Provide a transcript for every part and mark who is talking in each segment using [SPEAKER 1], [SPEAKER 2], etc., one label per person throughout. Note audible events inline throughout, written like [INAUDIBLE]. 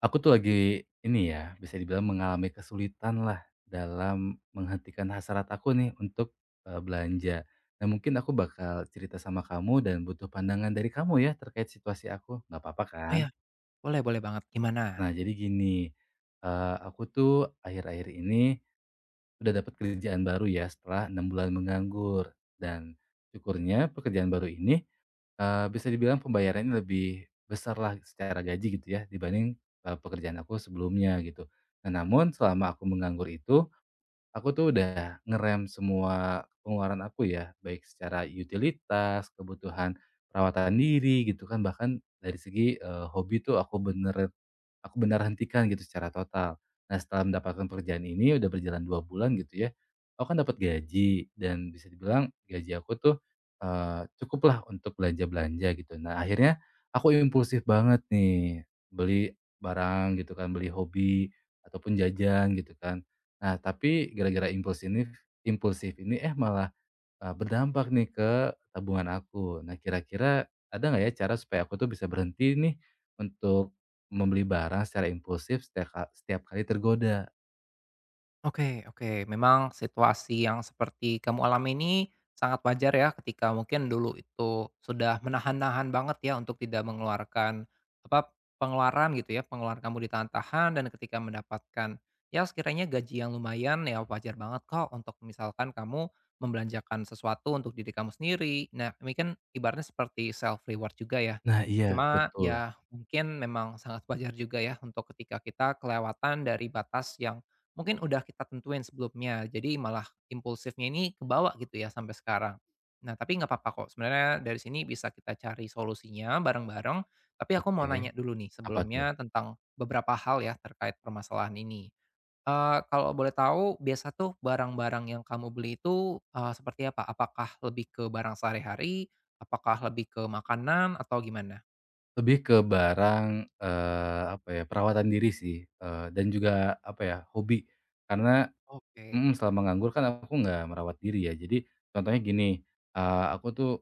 [SPEAKER 1] Aku tuh lagi ini ya, bisa dibilang mengalami kesulitan lah dalam menghentikan hasrat aku nih untuk, belanja. Nah, mungkin aku bakal cerita sama kamu dan butuh pandangan dari kamu ya terkait situasi aku, nggak apa-apa
[SPEAKER 2] Oh
[SPEAKER 1] kan?
[SPEAKER 2] ya, boleh boleh banget, gimana?
[SPEAKER 1] Nah, jadi gini, aku tuh akhir-akhir ini udah dapat kerjaan baru ya setelah 6 bulan menganggur dan syukurnya pekerjaan baru ini bisa dibilang pembayarannya lebih besar lah secara gaji gitu ya dibanding, pekerjaan aku sebelumnya gitu. Nah namun selama aku menganggur itu, aku tuh udah ngerem semua pengeluaran aku ya, baik secara utilitas, kebutuhan perawatan diri gitu kan, bahkan dari segi, hobi tuh aku benar hentikan gitu secara total. Nah setelah mendapatkan pekerjaan ini udah berjalan 2 bulan gitu ya, aku kan dapat gaji dan bisa dibilang gaji aku tuh, cukuplah untuk belanja-belanja gitu. Nah akhirnya aku impulsif banget nih, beli barang gitu kan, beli hobi ataupun jajan gitu kan. Nah tapi gara-gara impulsif ini eh malah berdampak nih ke tabungan aku. Nah, kira-kira ada nggak ya cara supaya aku tuh bisa berhenti nih untuk membeli barang secara impulsif setiap kali tergoda?
[SPEAKER 2] Oke oke, memang situasi yang seperti kamu alami ini sangat wajar ya ketika mungkin dulu itu sudah menahan-nahan banget ya untuk tidak mengeluarkan apa, pengeluaran gitu ya, pengeluaran kamu ditahan-tahan dan ketika mendapatkan ya sekiranya gaji yang lumayan ya wajar banget kok untuk misalkan kamu membelanjakan sesuatu untuk diri kamu sendiri. Nah, ini kan ibaratnya seperti self reward juga ya.
[SPEAKER 1] Nah, iya.
[SPEAKER 2] Cuma
[SPEAKER 1] Betul.
[SPEAKER 2] ya mungkin memang sangat wajar juga ya untuk ketika kita kelewatan dari batas yang mungkin udah kita tentuin sebelumnya, jadi malah impulsifnya ini kebawa gitu ya sampai sekarang. Nah, tapi nggak apa-apa kok, sebenarnya dari sini bisa kita cari solusinya bareng-bareng, tapi aku mau
[SPEAKER 1] Oke.
[SPEAKER 2] nanya dulu nih
[SPEAKER 1] Apa tuh?
[SPEAKER 2] sebelumnya tentang beberapa hal ya terkait permasalahan ini. Kalau boleh tahu biasa tuh barang-barang yang kamu beli itu, seperti apa? Apakah lebih ke barang sehari-hari? Apakah lebih ke makanan atau gimana?
[SPEAKER 1] Lebih ke barang, apa ya, perawatan diri sih, dan juga apa ya, hobi. Karena
[SPEAKER 2] Oke,
[SPEAKER 1] mhm, selama nganggur kan aku nggak merawat diri ya. Jadi contohnya gini, aku tuh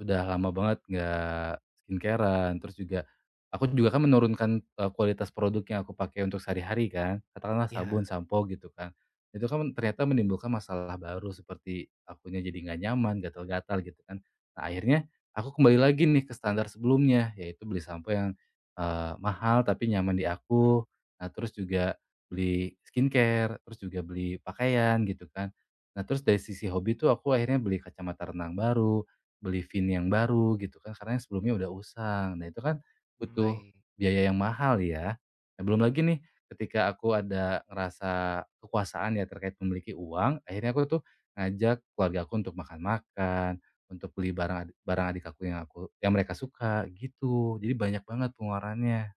[SPEAKER 1] udah lama banget nggak skincare-an, terus juga aku juga kan menurunkan, kualitas produk yang aku pakai untuk sehari-hari kan, katakanlah
[SPEAKER 2] ya,
[SPEAKER 1] sabun, sampo gitu kan. Itu kan ternyata menimbulkan masalah baru seperti akunya jadi nggak nyaman, gatal-gatal gitu kan. Nah akhirnya aku kembali lagi nih ke standar sebelumnya, yaitu beli sampo yang, mahal tapi nyaman di aku, nah terus juga beli skincare, terus juga beli pakaian gitu kan. Nah terus dari sisi hobi tuh aku akhirnya beli kacamata renang baru, beli VIN yang baru gitu kan, karena yang sebelumnya udah usang. Nah itu kan
[SPEAKER 2] mmm,
[SPEAKER 1] butuh
[SPEAKER 2] baik.
[SPEAKER 1] biaya yang mahal ya. Nah belum lagi nih ketika aku ada ngerasa kekuasaan ya terkait memiliki uang, akhirnya aku tuh ngajak keluarga aku untuk makan-makan, untuk beli barang ad barang adik aku yang mereka suka gitu. Jadi banyak banget pengeluarannya.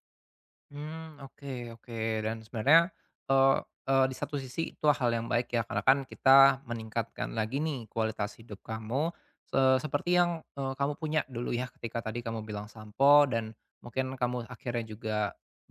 [SPEAKER 2] Hmm, oke oke. Dan sebenarnya, eee eee, di satu sisi itu hal yang baik ya, karena kan kita meningkatkan lagi nih kualitas hidup kamu, seperti yang, kamu punya dulu ya ketika tadi kamu bilang sampo dan mungkin kamu akhirnya juga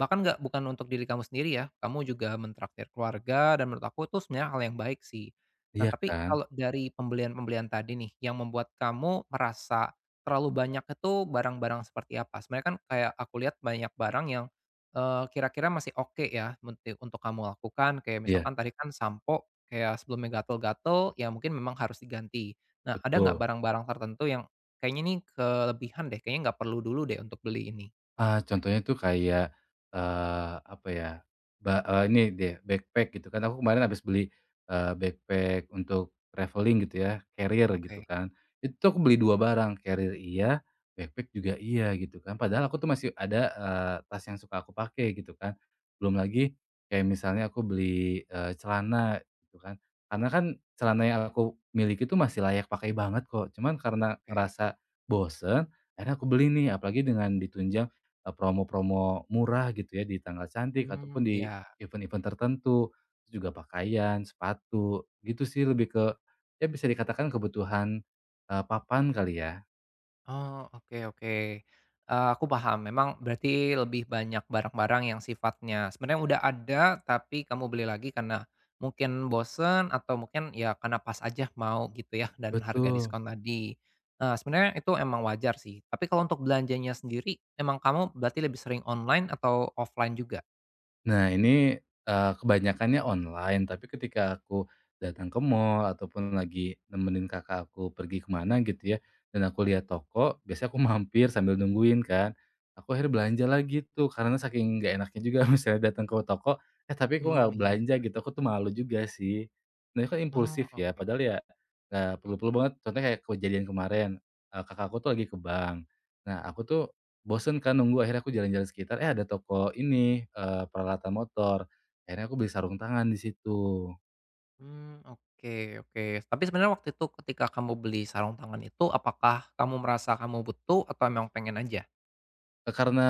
[SPEAKER 2] bahkan nggak bukan untuk diri kamu sendiri ya, kamu juga mentraktir keluarga dan menurut aku itu sebenarnya hal yang baik sih. Nah,
[SPEAKER 1] Iya
[SPEAKER 2] tapi
[SPEAKER 1] kan?
[SPEAKER 2] kalau dari pembelian-pembelian tadi nih yang membuat kamu merasa terlalu banyak itu barang-barang seperti apa? Sebenarnya kan kayak aku lihat banyak barang yang kira-kira masih oke ya munti untuk kamu lakukan kayak
[SPEAKER 1] Iya,
[SPEAKER 2] misalkan tadi kan sampo kayak sebelumnya gatal-gatal ya mungkin memang harus diganti. Nah ada nggak
[SPEAKER 1] betul.
[SPEAKER 2] barang-barang tertentu yang kayaknya nih kelebihan deh, kayaknya nggak perlu dulu deh untuk beli ini?
[SPEAKER 1] Ah, contohnya tuh kayak, apa ya, ini deh, backpack gitu kan. Aku kemarin habis beli, backpack untuk traveling gitu ya, carrier gitu
[SPEAKER 2] Oke
[SPEAKER 1] kan. Itu tuh aku beli 2 barang, carrier iya, backpack juga iya gitu kan. Padahal aku tuh masih ada, tas yang suka aku pakai gitu kan. Belum lagi kayak misalnya aku beli, celana gitu kan. Karena kan celana yang aku miliki tuh masih layak pakai banget kok. Cuman karena
[SPEAKER 2] oke.
[SPEAKER 1] ngerasa bosen, akhirnya aku beli nih, apalagi dengan ditunjang promo-promo murah gitu ya, di tanggal cantik
[SPEAKER 2] Mmm,
[SPEAKER 1] ataupun di
[SPEAKER 2] iya.
[SPEAKER 1] event-event tertentu. Terus juga pakaian, sepatu, gitu sih lebih ke ya bisa dikatakan kebutuhan, papan kali ya?
[SPEAKER 2] Oh, oke oke. Aku paham, memang berarti lebih banyak barang-barang yang sifatnya sebenarnya udah ada, tapi kamu beli lagi karena mungkin bosen atau mungkin ya karena pas aja mau gitu ya, dan harga
[SPEAKER 1] Betul.
[SPEAKER 2] diskon tadi. Sebenarnya itu emang wajar sih. Tapi kalau untuk belanjanya sendiri, emang kamu berarti lebih sering online atau offline juga?
[SPEAKER 1] Nah ini, kebanyakannya online, tapi ketika aku datang ke mall ataupun lagi nemenin kakak aku pergi kemana gitu ya, dan aku lihat toko, biasanya aku mampir sambil nungguin kan. Aku akhirnya belanja lagi tuh, karena saking nggak enaknya juga [LAUGHS] misalnya datang ke toko, eh tapi aku nggak
[SPEAKER 2] Hmm,
[SPEAKER 1] belanja
[SPEAKER 2] iya.
[SPEAKER 1] gitu, aku tuh malu juga sih. Nah itu kan
[SPEAKER 2] Oh,
[SPEAKER 1] impulsif ya,
[SPEAKER 2] oke.
[SPEAKER 1] padahal ya nggak perlu-perlu banget. Contohnya kayak kejadian kemarin, kakak aku tuh lagi ke bank. Nah aku tuh bosen kan nunggu, akhirnya aku jalan-jalan sekitar, eh, ada toko ini, peralatan motor. Akhirnya aku beli sarung tangan di situ.
[SPEAKER 2] Hmm, oke oke. Tapi sebenarnya waktu itu ketika kamu beli sarung tangan itu, apakah kamu merasa kamu butuh atau emang pengen aja?
[SPEAKER 1] Karena,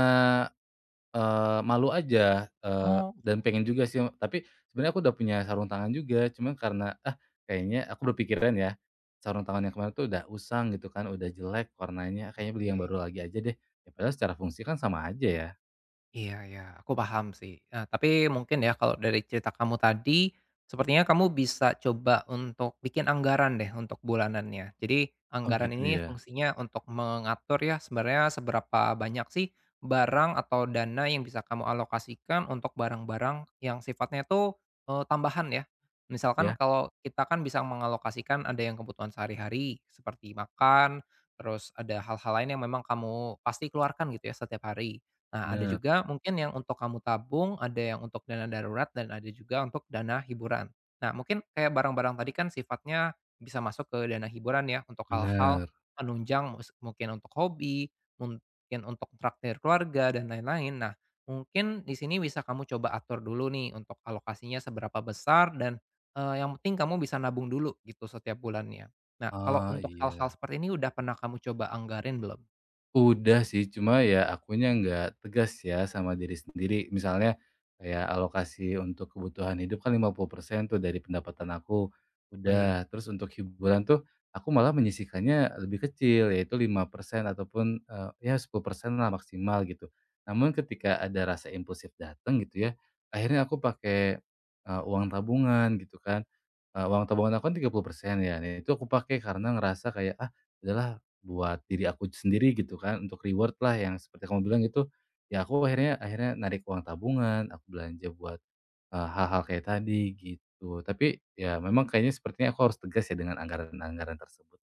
[SPEAKER 1] malu aja,
[SPEAKER 2] Oh,
[SPEAKER 1] dan pengen
[SPEAKER 2] oke
[SPEAKER 1] juga sih, tapi sebenarnya aku udah punya sarung tangan juga, cuman karena, ah, kayaknya aku berpikiran ya, sarung tangan yang kemarin tuh udah usang gitu kan, udah jelek warnanya, kayaknya beli yang
[SPEAKER 2] oke.
[SPEAKER 1] baru lagi aja deh. Ya padahal secara fungsi kan sama aja ya.
[SPEAKER 2] Iya ya, aku paham sih. Tapi mungkin ya kalau dari cerita kamu tadi, sepertinya kamu bisa coba untuk bikin anggaran deh untuk bulanannya. Jadi
[SPEAKER 1] Oh
[SPEAKER 2] anggaran
[SPEAKER 1] gitu
[SPEAKER 2] ini
[SPEAKER 1] ya?
[SPEAKER 2] fungsinya untuk mengatur ya sebenarnya seberapa banyak sih barang atau dana yang bisa kamu alokasikan untuk barang-barang yang sifatnya itu, tambahan ya. Misalkan
[SPEAKER 1] Ya,
[SPEAKER 2] kalau kita kan bisa mengalokasikan ada yang kebutuhan sehari-hari seperti makan, terus ada hal-hal lain yang memang kamu pasti keluarkan gitu ya setiap hari. Nah, ada
[SPEAKER 1] bener
[SPEAKER 2] juga mungkin yang untuk kamu tabung, ada yang untuk dana darurat, dan ada juga untuk dana hiburan. Nah, mungkin kayak barang-barang tadi kan sifatnya bisa masuk ke dana hiburan ya, untuk hal-hal
[SPEAKER 1] bener.
[SPEAKER 2] penunjang mungkin untuk hobi, mungkin untuk traktir keluarga, dan lain-lain. Nah, mungkin di sini bisa kamu coba atur dulu nih untuk alokasinya seberapa besar, dan eh, yang penting kamu bisa nabung dulu gitu setiap bulannya. Nah, kalau
[SPEAKER 1] Ah,
[SPEAKER 2] untuk hal-hal
[SPEAKER 1] iya.
[SPEAKER 2] seperti ini udah pernah kamu coba anggarin belum?
[SPEAKER 1] Udah sih, cuma ya akunya nggak tegas ya sama diri sendiri. Misalnya kayak alokasi untuk kebutuhan hidup kan 50% tuh dari pendapatan aku,
[SPEAKER 2] Baik.
[SPEAKER 1] udah. Terus untuk hiburan tuh aku malah menyisihkannya lebih kecil, yaitu 5% ataupun, ya 10% lah maksimal gitu. Namun ketika ada rasa impulsif datang gitu ya, akhirnya aku pakai, uang tabungan gitu kan. Uang tabungan aku kan 30% ya, nah itu aku pakai karena ngerasa kayak, "Ah, adalah buat diri aku sendiri gitu kan, untuk reward-lah yang seperti kamu bilang itu, ya aku akhirnya akhirnya narik uang tabungan, aku belanja buat, hal-hal kayak tadi gitu. Tapi ya memang kayaknya sepertinya aku harus tegas ya dengan anggaran-anggaran tersebut.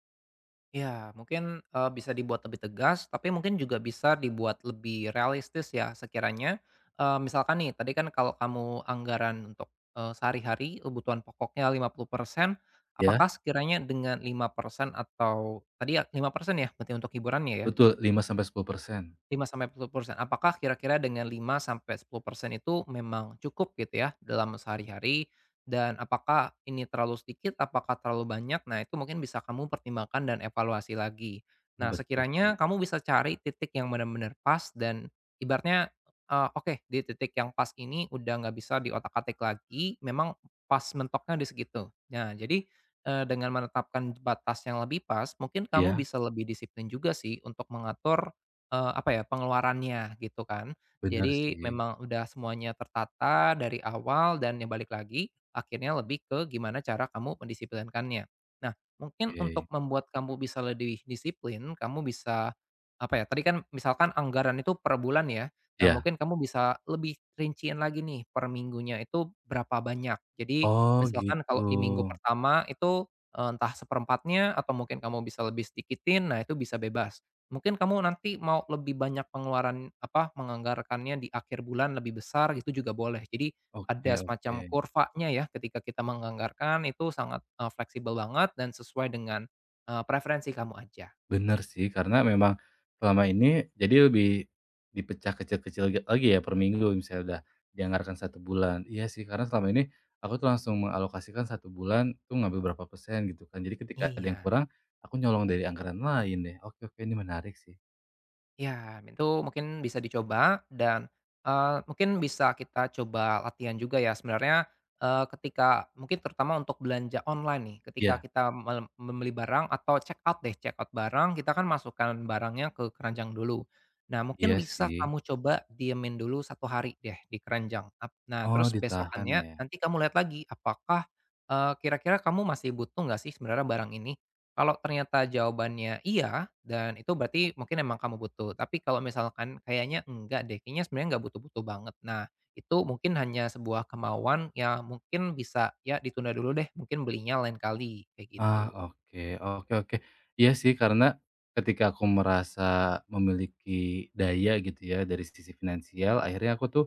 [SPEAKER 2] Ya mungkin, bisa dibuat lebih tegas, tapi mungkin juga bisa dibuat lebih realistis ya sekiranya, misalkan nih tadi kan kalau kamu anggaran untuk, sehari-hari kebutuhan pokoknya 50%, apakah
[SPEAKER 1] Ya,
[SPEAKER 2] sekiranya dengan 5% atau tadi ya 5% ya berarti untuk hiburannya ya?
[SPEAKER 1] betul lima sampai 10%.
[SPEAKER 2] 5 sampai 10%. Apakah kira-kira dengan 5 sampai 10% itu memang cukup gitu ya dalam sehari-hari? Dan apakah ini terlalu sedikit? Apakah terlalu banyak? Nah, itu mungkin bisa kamu pertimbangkan dan evaluasi lagi.
[SPEAKER 1] Oh
[SPEAKER 2] Nah,
[SPEAKER 1] betul sih.
[SPEAKER 2] sekiranya kamu bisa cari titik yang benar-benar pas dan ibaratnya eh, oke di titik yang pas ini udah nggak bisa diotak-atik lagi, memang pas mentoknya di segitu. Nah, jadi eh, dengan menetapkan batas yang lebih pas, mungkin kamu
[SPEAKER 1] Iya,
[SPEAKER 2] bisa lebih disiplin juga sih untuk mengatur apa ya, pengeluarannya gitu kan.
[SPEAKER 1] benar
[SPEAKER 2] Jadi
[SPEAKER 1] sih.
[SPEAKER 2] memang udah semuanya tertata dari awal dan ya balik lagi akhirnya lebih ke gimana cara kamu mendisiplinkannya. Nah
[SPEAKER 1] Oke.
[SPEAKER 2] mungkin
[SPEAKER 1] Iya.
[SPEAKER 2] untuk membuat kamu bisa lebih disiplin, kamu bisa apa ya, tadi kan misalkan anggaran itu per bulan ya. Nah
[SPEAKER 1] Ya.
[SPEAKER 2] mungkin kamu bisa lebih rinciin lagi nih per minggunya itu berapa banyak. Jadi
[SPEAKER 1] Oh
[SPEAKER 2] misalkan
[SPEAKER 1] gitu.
[SPEAKER 2] kalau di minggu pertama itu, entah seperempatnya atau mungkin kamu bisa lebih sedikitin, nah itu bisa bebas. Mungkin kamu nanti mau lebih banyak pengeluaran, apa, menganggarkannya di akhir bulan lebih besar gitu juga boleh. Jadi ada
[SPEAKER 1] Oke, oke.
[SPEAKER 2] semacam kurvanya ya ketika kita menganggarkan itu sangat, fleksibel banget dan sesuai dengan, preferensi kamu aja.
[SPEAKER 1] Bener sih, karena memang selama ini jadi lebih dipecah kecil-kecil lagi ya per minggu misalnya udah dianggarkan satu bulan. Iya sih, karena selama ini aku tuh langsung mengalokasikan satu bulan tuh ngambil berapa persen gitu kan. Jadi ketika ada yang
[SPEAKER 2] Iya.
[SPEAKER 1] kurang, aku nyolong dari anggaran lain deh. Oke, oke, ini menarik sih.
[SPEAKER 2] Ya itu mungkin bisa dicoba dan, mungkin bisa kita coba latihan juga ya sebenarnya, ketika mungkin terutama untuk belanja online nih, ketika
[SPEAKER 1] Iya,
[SPEAKER 2] kita membeli barang atau check out barang, kita kan masukkan barangnya ke keranjang dulu. Nah, mungkin
[SPEAKER 1] iya
[SPEAKER 2] bisa
[SPEAKER 1] sih.
[SPEAKER 2] kamu coba diemin dulu satu hari deh di keranjang, nah
[SPEAKER 1] Oh,
[SPEAKER 2] terus
[SPEAKER 1] ditahan
[SPEAKER 2] besokannya
[SPEAKER 1] ya?
[SPEAKER 2] nanti kamu lihat lagi apakah, kira-kira kamu masih butuh nggak sih sebenarnya barang ini? Kalau ternyata jawabannya iya, dan itu berarti mungkin emang kamu butuh. Tapi kalau misalkan kayaknya enggak deh, kayaknya sebenarnya nggak butuh-butuh banget. Nah, itu mungkin hanya sebuah kemauan yang mungkin bisa ya ditunda dulu deh, mungkin belinya lain kali, kayak
[SPEAKER 1] Ah,
[SPEAKER 2] gitu.
[SPEAKER 1] oke, oke, oke. Iya sih karena ketika aku merasa memiliki daya gitu ya dari sisi finansial, akhirnya aku tuh,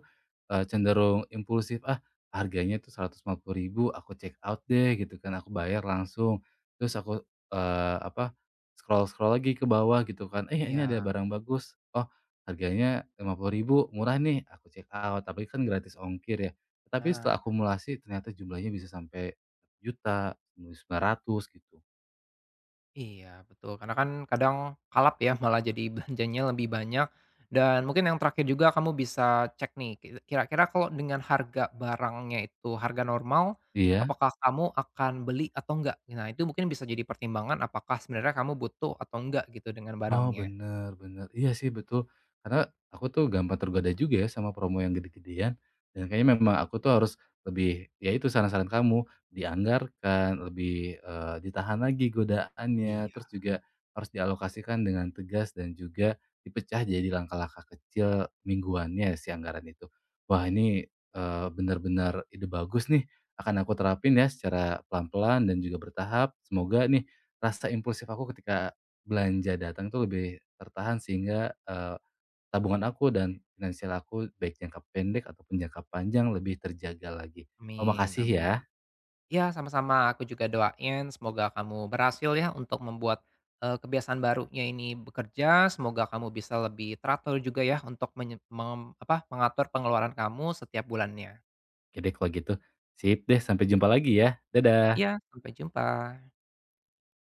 [SPEAKER 1] cenderung impulsif, "Ah, harganya tuh 150.000 aku check out deh," gitu kan, aku bayar langsung. Terus aku, apa, scroll-scroll lagi ke bawah gitu kan, "Eh, ini ada
[SPEAKER 2] Iya,
[SPEAKER 1] barang bagus, oh harganya 50.000 murah nih," aku check out, tapi kan gratis ongkir ya. Tapi
[SPEAKER 2] nah
[SPEAKER 1] setelah akumulasi ternyata jumlahnya bisa sampai juta sembilan ratus gitu.
[SPEAKER 2] iya, betul. Karena kan kadang kalap ya, malah jadi belanjanya lebih banyak. Dan mungkin yang terakhir juga kamu bisa cek nih, kira-kira kalau dengan harga barangnya itu harga normal,
[SPEAKER 1] Iya.
[SPEAKER 2] apakah kamu akan beli atau enggak? Nah, itu mungkin bisa jadi pertimbangan apakah sebenarnya kamu butuh atau enggak gitu dengan
[SPEAKER 1] Oh,
[SPEAKER 2] barangnya.
[SPEAKER 1] bener bener. Iya sih, betul. Karena aku tuh gampang tergoda juga ya sama promo yang gede-gedean, dan kayaknya memang aku tuh harus lebih, ya itu saran-saran kamu, dianggarkan, lebih, ditahan lagi godaannya,
[SPEAKER 2] Iya,
[SPEAKER 1] terus juga harus dialokasikan dengan tegas dan juga dipecah jadi langkah-langkah kecil mingguannya si anggaran itu. Wah, ini, bener ide bagus nih, akan aku terapin ya secara pelan-pelan dan juga bertahap. Semoga nih rasa impulsif aku ketika belanja datang tuh lebih tertahan sehingga, tabungan aku dan finansial aku baik jangka pendek ataupun jangka panjang lebih terjaga lagi. Oh,
[SPEAKER 2] amin
[SPEAKER 1] makasih ya.
[SPEAKER 2] amin. Ya sama-sama. Aku juga doain semoga kamu berhasil ya untuk membuat, kebiasaan barunya ini bekerja. Semoga kamu bisa lebih teratur juga ya untuk mengatur pengeluaran kamu setiap bulannya.
[SPEAKER 1] Oke deh kalau gitu. Sip deh, sampai jumpa lagi ya. Dadah.
[SPEAKER 2] Ya sampai jumpa.